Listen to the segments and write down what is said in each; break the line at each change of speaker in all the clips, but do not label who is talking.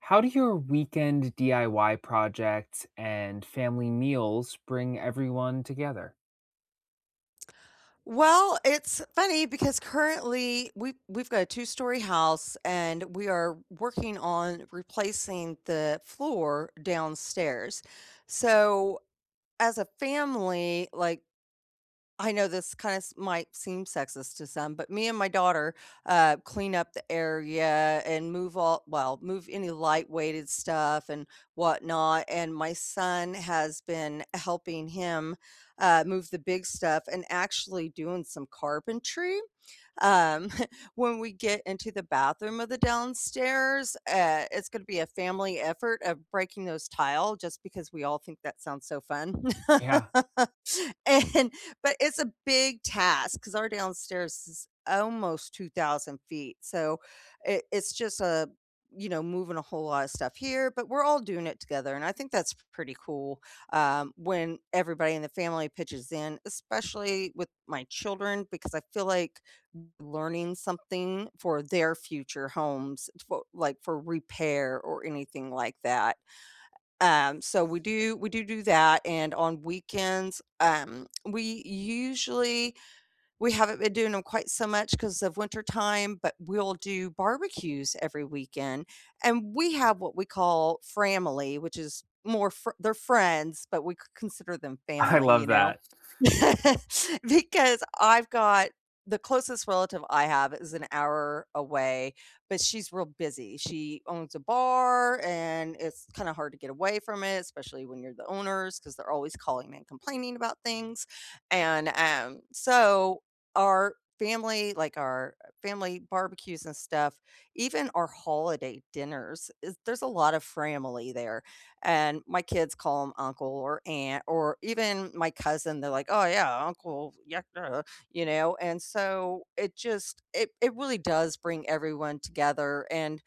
How do your weekend DIY projects and family meals bring everyone together?
Well, it's funny because currently we've got a two-story house, and we are working on replacing the floor downstairs. So as a family, like, I know this kind of might seem sexist to some, but me and my daughter clean up the area and move all, well, move any light weighted stuff and whatnot. And my son has been helping him move the big stuff and actually doing some carpentry. um, when we get into the bathroom of the downstairs, it's going to be a family effort of breaking those tile just because we all think that sounds so fun.
Yeah,
And but it's a big task because our downstairs is almost 2,000 feet. So it's just a moving a whole lot of stuff here, but we're all doing it together, and I think that's pretty cool, when everybody in the family pitches in, especially with my children, because I feel like learning something for their future homes, for like, for repair or anything like that. So we do do that, and on weekends, we usually we haven't been doing them quite so much because of winter time, but we'll do barbecues every weekend, and we have what we call family, which is more fr they're friends, but we c consider them
I
family,
love
you know?
that.
Because I've got the closest relative I have is an hour away, but she's real busy. She owns a bar, and it's kinda hard to get away from it, especially when you're the owners, because 'cause they're always calling and complaining about things, and so our family like our family barbecues and stuff, even our holiday dinners is there's a lot of family there, and my kids call them uncle or aunt or even my cousin, they're like, "Oh, yeah, uncle, yeah, duh," you know, and so it just it really does bring everyone together, and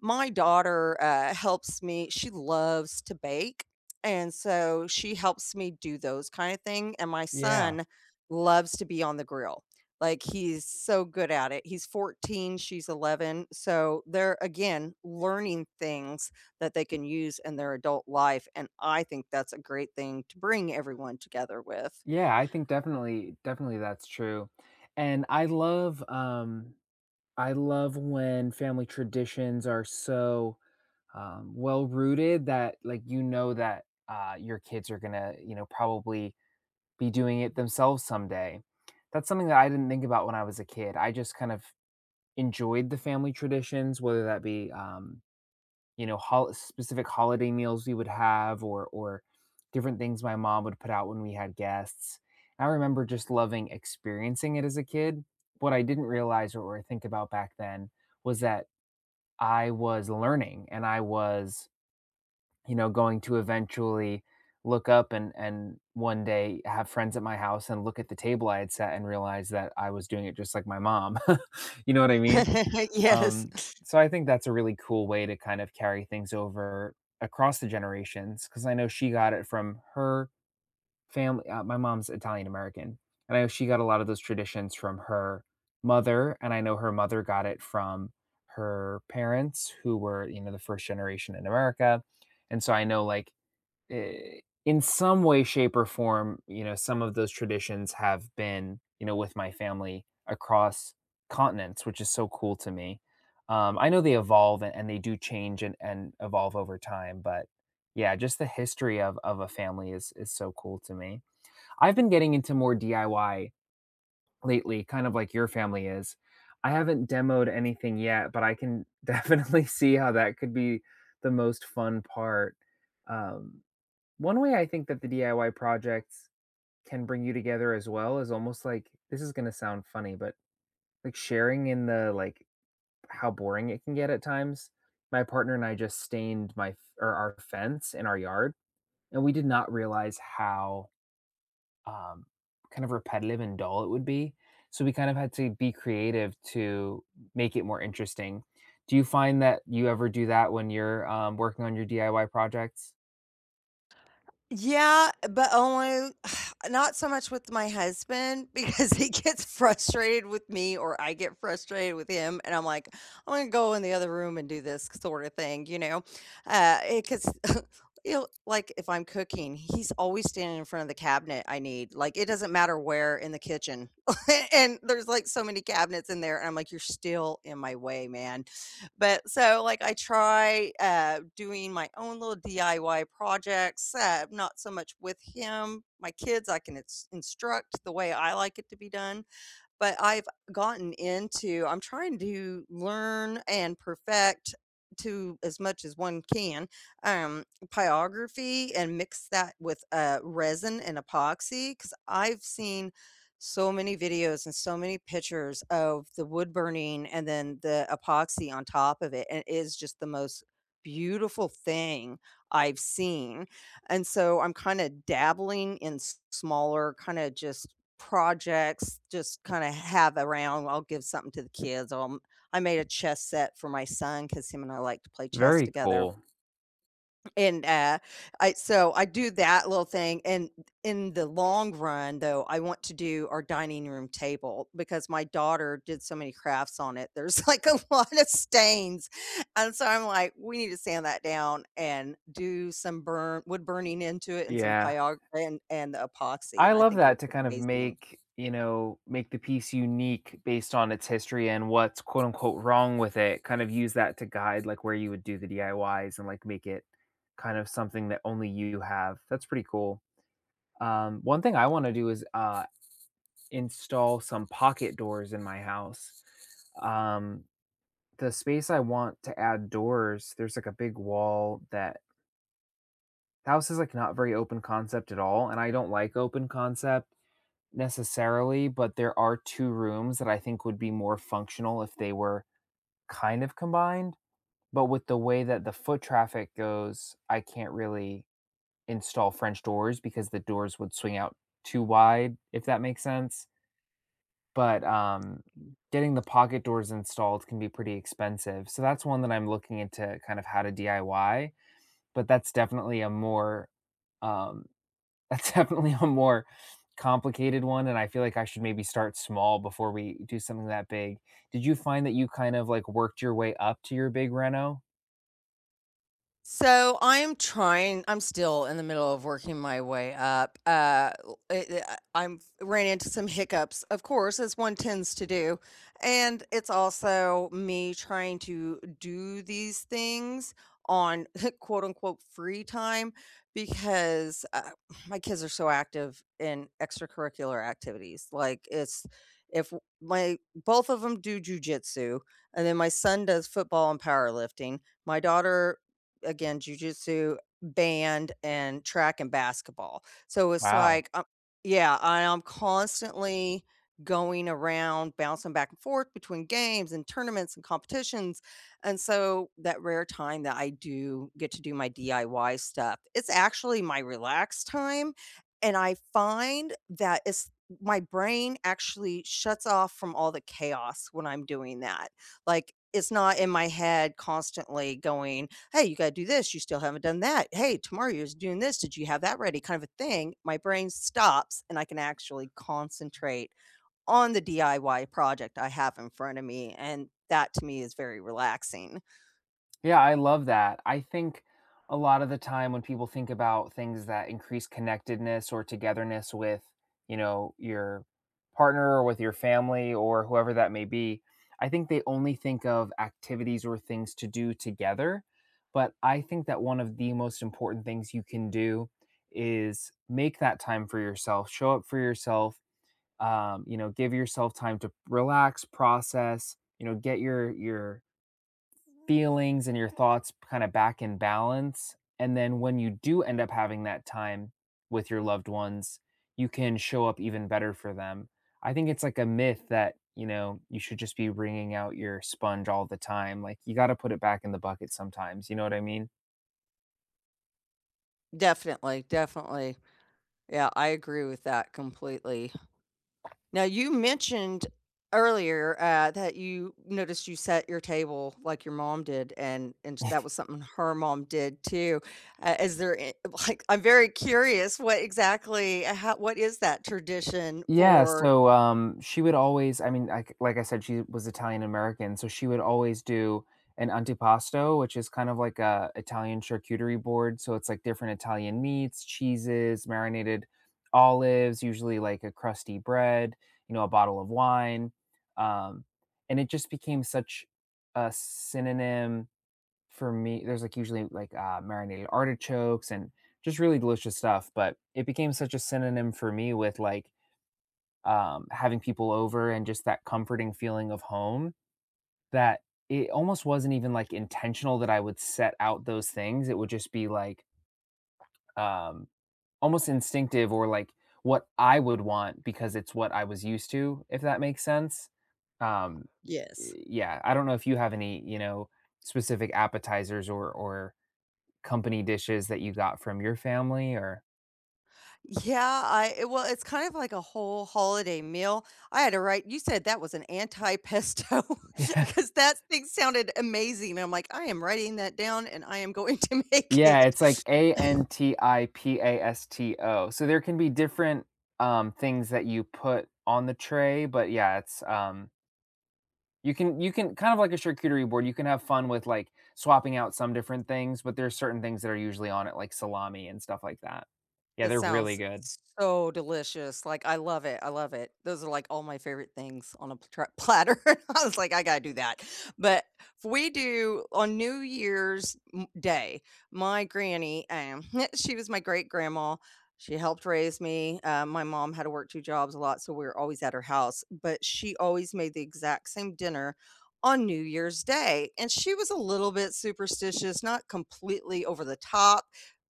my daughter, helps me, she loves to bake, and so she helps me do those kinda thing, and my
Yeah.
son loves to be on the grill. Like, he's so good at it. He's 14, she's 11, so they're, again, learning things that they can use in their adult life, and I think that's a great thing to bring everyone together with.
Yeah, I think definitely that's true. And I love when family traditions are so well rooted that, like, you know that your kids are going to, you know, probably be doing it themselves someday. That's something that I didn't think about when I was a kid. I just kind of enjoyed the family traditions, whether that be, you know, specific holiday meals we would have, or different things my mom would put out when we had guests. I remember just loving experiencing it as a kid. What I didn't realize or think about back then was that I was learning and I was, you know, going to eventually look up and one day have friends at my house and look at the table I had set and realize that I was doing it just like my mom. You know what I mean?
Yes.
Um, so I think that's a really cool way to kind of carry things over across the generations, because I know she got it from her family. My mom's Italian American, and I know she got a lot of those traditions from her mother, and I know her mother got it from her parents, who were, you know, the first generation in America. And so I know, like, in some way, shape, or form, you know, some of those traditions have been, you know, with my family across continents, which is so cool to me. I know they evolve, and they do change and evolve over time, but yeah, just the history of a family is so cool to me. I've been getting into more DIY lately, kind of like your family is. I haven't demoed anything yet, but I can definitely see how that could be the most fun part. um, One way I think that the DIY projects can bring you together as well is almost like, this is gonna sound funny, but like, sharing in the, like, how boring it can get at times. My partner and I just stained my f- or our fence in our yard, and we did not realize how, um, kind of repetitive and dull it would be. So we kind of had to be creative to make it more interesting. Do you find that you ever do that when you're working on your DIY projects?
Yeah, but only not so much with my husband, because he gets frustrated with me or I get frustrated with him, and I'm like, I'm gonna go in the other room and do this sort of thing, you know? Because you know, like, if I'm cooking, he's always standing in front of the cabinet I need. Like, it doesn't matter where in the kitchen. And there's like so many cabinets in there, and I'm like, you're still in my way, man. But so, like, I try doing my own little DIY projects, not so much with him. My kids, I can ins- instruct the way I like it to be done. But I've gotten into I'm trying to learn and perfect to as much as one can, um, pyrography and mix that with, resin and epoxy because 'cause I've seen so many videos and so many pictures of the wood burning and then the epoxy on top of it, and it is just the most beautiful thing I've seen, and so I'm kinda dabbling in s smaller, kinda just projects just kinda have around. I'll give something to the kids. I made a chess set for my son because him and I like to play chess
Very
together,
cool.
and, I so I do that little thing, and in the long run, though, I want to do our dining room table because my daughter did so many crafts on it. There's, like, a lot of stains, and so I'm like, "We need to sand that down and do some burn wood burning into it and some
Yeah.
pyog and the epoxy,"
I
and I
love
think it
that,
would
to
look
kind of
amazing.
make, you know, make the piece unique based on its history and what's quote unquote wrong with it. Kind of use that to guide, like, where you would do the DIYs and, like, make it kind of something that only you have. That's pretty cool. One thing I want to do is install some pocket doors in my house. Um, the space I want to add doors, there's, like, a big wall that the house is, like, not very open concept at all. And I don't like open concept necessarily, but there are two rooms that I think would be more functional if they were kind of combined. But with the way that the foot traffic goes, I can't really install French doors because the doors would swing out too wide, if that makes sense. But getting the pocket doors installed can be pretty expensive. So that's one that I'm looking into, kind of how to DIY, but that's definitely a more, um, that's definitely a more complicated one, and I feel like I should maybe start small before we do something that big. Did you find that you kind of, like, worked your way up to your big reno?
So I'm trying. I'm still in the middle of working my way up. It- I- I'm ran into some hiccups, of course, as one tends to do, and it's also me trying to do these things on quote unquote free time because my kids are so active in extracurricular activities. Like, it's if my both of them do jujitsu, and then my son does football and powerlifting. My daughter again, jujitsu, band, and track and basketball. So it's
Wow.
like, yeah, I am constantly going around, bouncing back and forth between games and tournaments and competitions. And so that rare time that I do get to do my DIY stuff, it's actually my relaxed time. And I find that it's my brain actually shuts off from all the chaos when I'm doing that. Like, it's not in my head constantly going, "Hey, you gotta do this, you still haven't done that. Hey, tomorrow you're doing this, did you have that ready?" kind of a thing. My brain stops, and I can actually concentrate on the DIY project I have in front of me, and that to me is very relaxing.
Yeah, I love that. I think a lot of the time when people think about things that increase connectedness or togetherness with, you know, your partner or with your family or whoever that may be, I think they only think of activities or things to do together. But I think that one of the most important things you can do is make that time for yourself, show up for yourself, you know, give yourself time to relax, process, you know, get your feelings and your thoughts kind of back in balance. And then when you do end up having that time with your loved ones, you can show up even better for them. I think it's like a myth that, you know, you should just be wringing out your sponge all the time. Like, you got to put it back in the bucket sometimes. You know what I mean?
Definitely, definitely. Yeah, I agree with that completely. Now, you mentioned earlier that you noticed you set your table like your mom did, and that was something her mom did too. Is there a- like, I'm very curious what exactly how, what is that tradition
Yeah,
for?
so, she would always, I mean, like I said, she was Italian American, so she would always do an antipasto, which is kind of like a Italian charcuterie board, so it's, like, different Italian meats, cheeses, marinated olives, usually, like, a crusty bread, you know, a bottle of wine, um, and it just became such a synonym for me. There's, like, usually, like, marinated artichokes and just really delicious stuff, but it became such a synonym for me with, like, having people over and just that comforting feeling of home, that it almost wasn't even like intentional that I would set out those things. It would just be like, um, almost instinctive, or like what I would want because it's what I was used to, if that makes sense. Um,
Yes.
yeah, I don't know if you have any, you know, specific appetizers or company dishes that you got from your family or
Yeah, I it well, it's kind of like a whole holiday meal. I had to write you said that was an anti-pesto because that thing sounded amazing, and I'm like, "I am writing that down, and I am going to make
Yeah, it's like
it."
antipasto. So there can be different, things that you put on the tray, but yeah, it's, you can you can, kind of like a charcuterie board, you can have fun with, like, swapping out some different things, but there's certain things that are usually on it, like salami and stuff like that. Yeah,
It
they're really
sounds
good.
so delicious, like, I love it, I love it. Those are, like, all my favorite things on a pl platter. I was like, "I gotta do that." But if we do on New Year's m Day, my granny, she was my great-grandma, she helped raise me, my mom had to work 2 jobs a lot, so we were always at her house, but she always made the exact same dinner on New Year's Day, and she was a little bit superstitious, not completely over the top,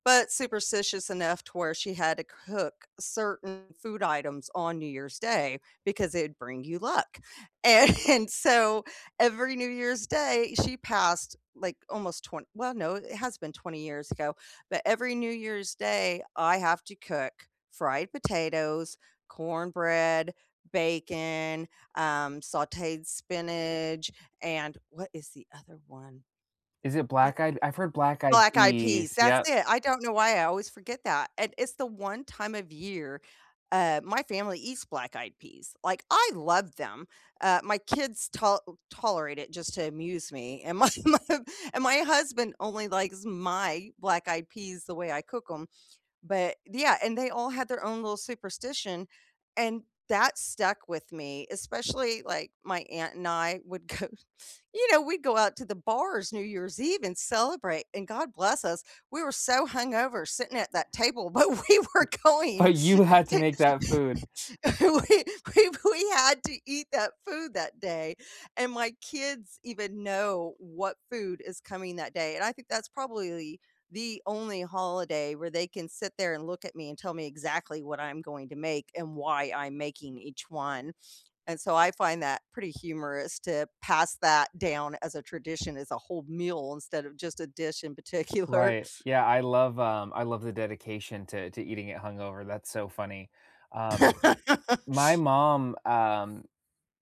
but superstitious enough to where she had to cook certain food items on New Year's Day because it'd bring you luck. And, and so every New Year's Day, she passed like almost 20, well, no, it has been 20 years ago, but every New Year's Day, I have to cook fried potatoes, cornbread, bacon, sauteed spinach, and what is the other one?
Is it black eyed, I've heard black eyed
Black Eyed Peas,
peas,
that's
yep,
it, I don't know why I always forget that, and it's the one time of year, my family eats Black Eyed Peas, like, I love them, my kids tol tolerate it just to amuse me, and my my husband only likes my Black Eyed Peas the way I cook them. But yeah, and they all had their own little superstition, and that stuck with me, especially, like, my aunt and I would go you know, we'd go out to the bars New Year's Eve and celebrate. And God bless us, we were so hungover sitting at that table, but we were going
but you had to
to,
make that food.
we, we had to eat that food that day. And my kids even know what food is coming that day. And I think that's probably the only holiday where they can sit there and look at me and tell me exactly what I'm going to make and why I'm making each one. And so I find that pretty humorous to pass that down as a tradition as a whole meal instead of just a dish in particular.
Right. Yeah, I love the dedication to eating it hungover, that's so funny. Um, my mom,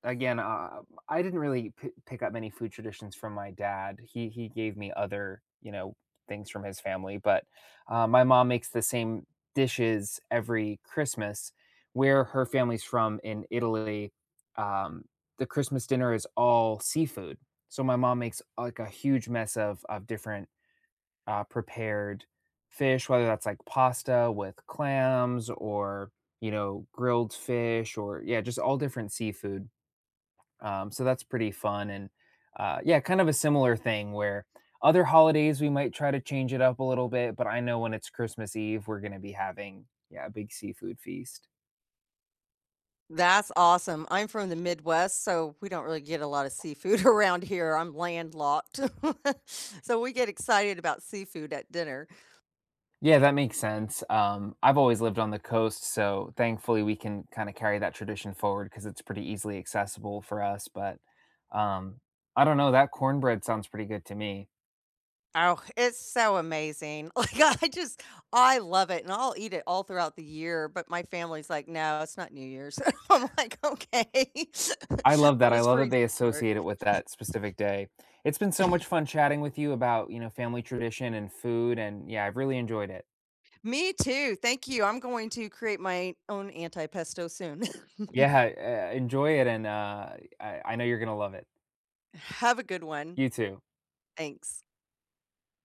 again, I didn't really p pick up many food traditions from my dad. He gave me other, you know, things from his family, but, my mom makes the same dishes every Christmas. Where her family's from in Italy, um, the Christmas dinner is all seafood. So my mom makes, like, a huge mess of different, prepared fish, whether that's, like, pasta with clams, or, you know, grilled fish, or yeah, just all different seafood. So that's pretty fun. And yeah, kind of a similar thing where other holidays we might try to change it up a little bit, but I know when it's Christmas Eve, we're going to be having, yeah, a big seafood feast.
That's awesome. I'm from the Midwest, so we don't really get a lot of seafood around here. I'm landlocked. So we get excited about seafood at dinner.
Yeah, that makes sense. I've always lived on the coast, so thankfully we can kind of carry that tradition forward because it's pretty easily accessible for us. But um, I don't know, that cornbread sounds pretty good to me.
Oh, it's so amazing. Like, I just I love it, and I'll eat it all throughout the year, but my family's like, "No, it's not New Year's." I'm like, "Okay.
I love
I'll
that. I
just
love that
freeze
they
this part."
associate it with that specific day. It's been so much fun chatting with you about, you know, family tradition and food, and yeah, I've really enjoyed it.
Me too. Thank you. I'm going to create my own anti pesto soon.
Yeah, enjoy it, and I, know you're gonna love it.
Have a good one.
You too.
Thanks.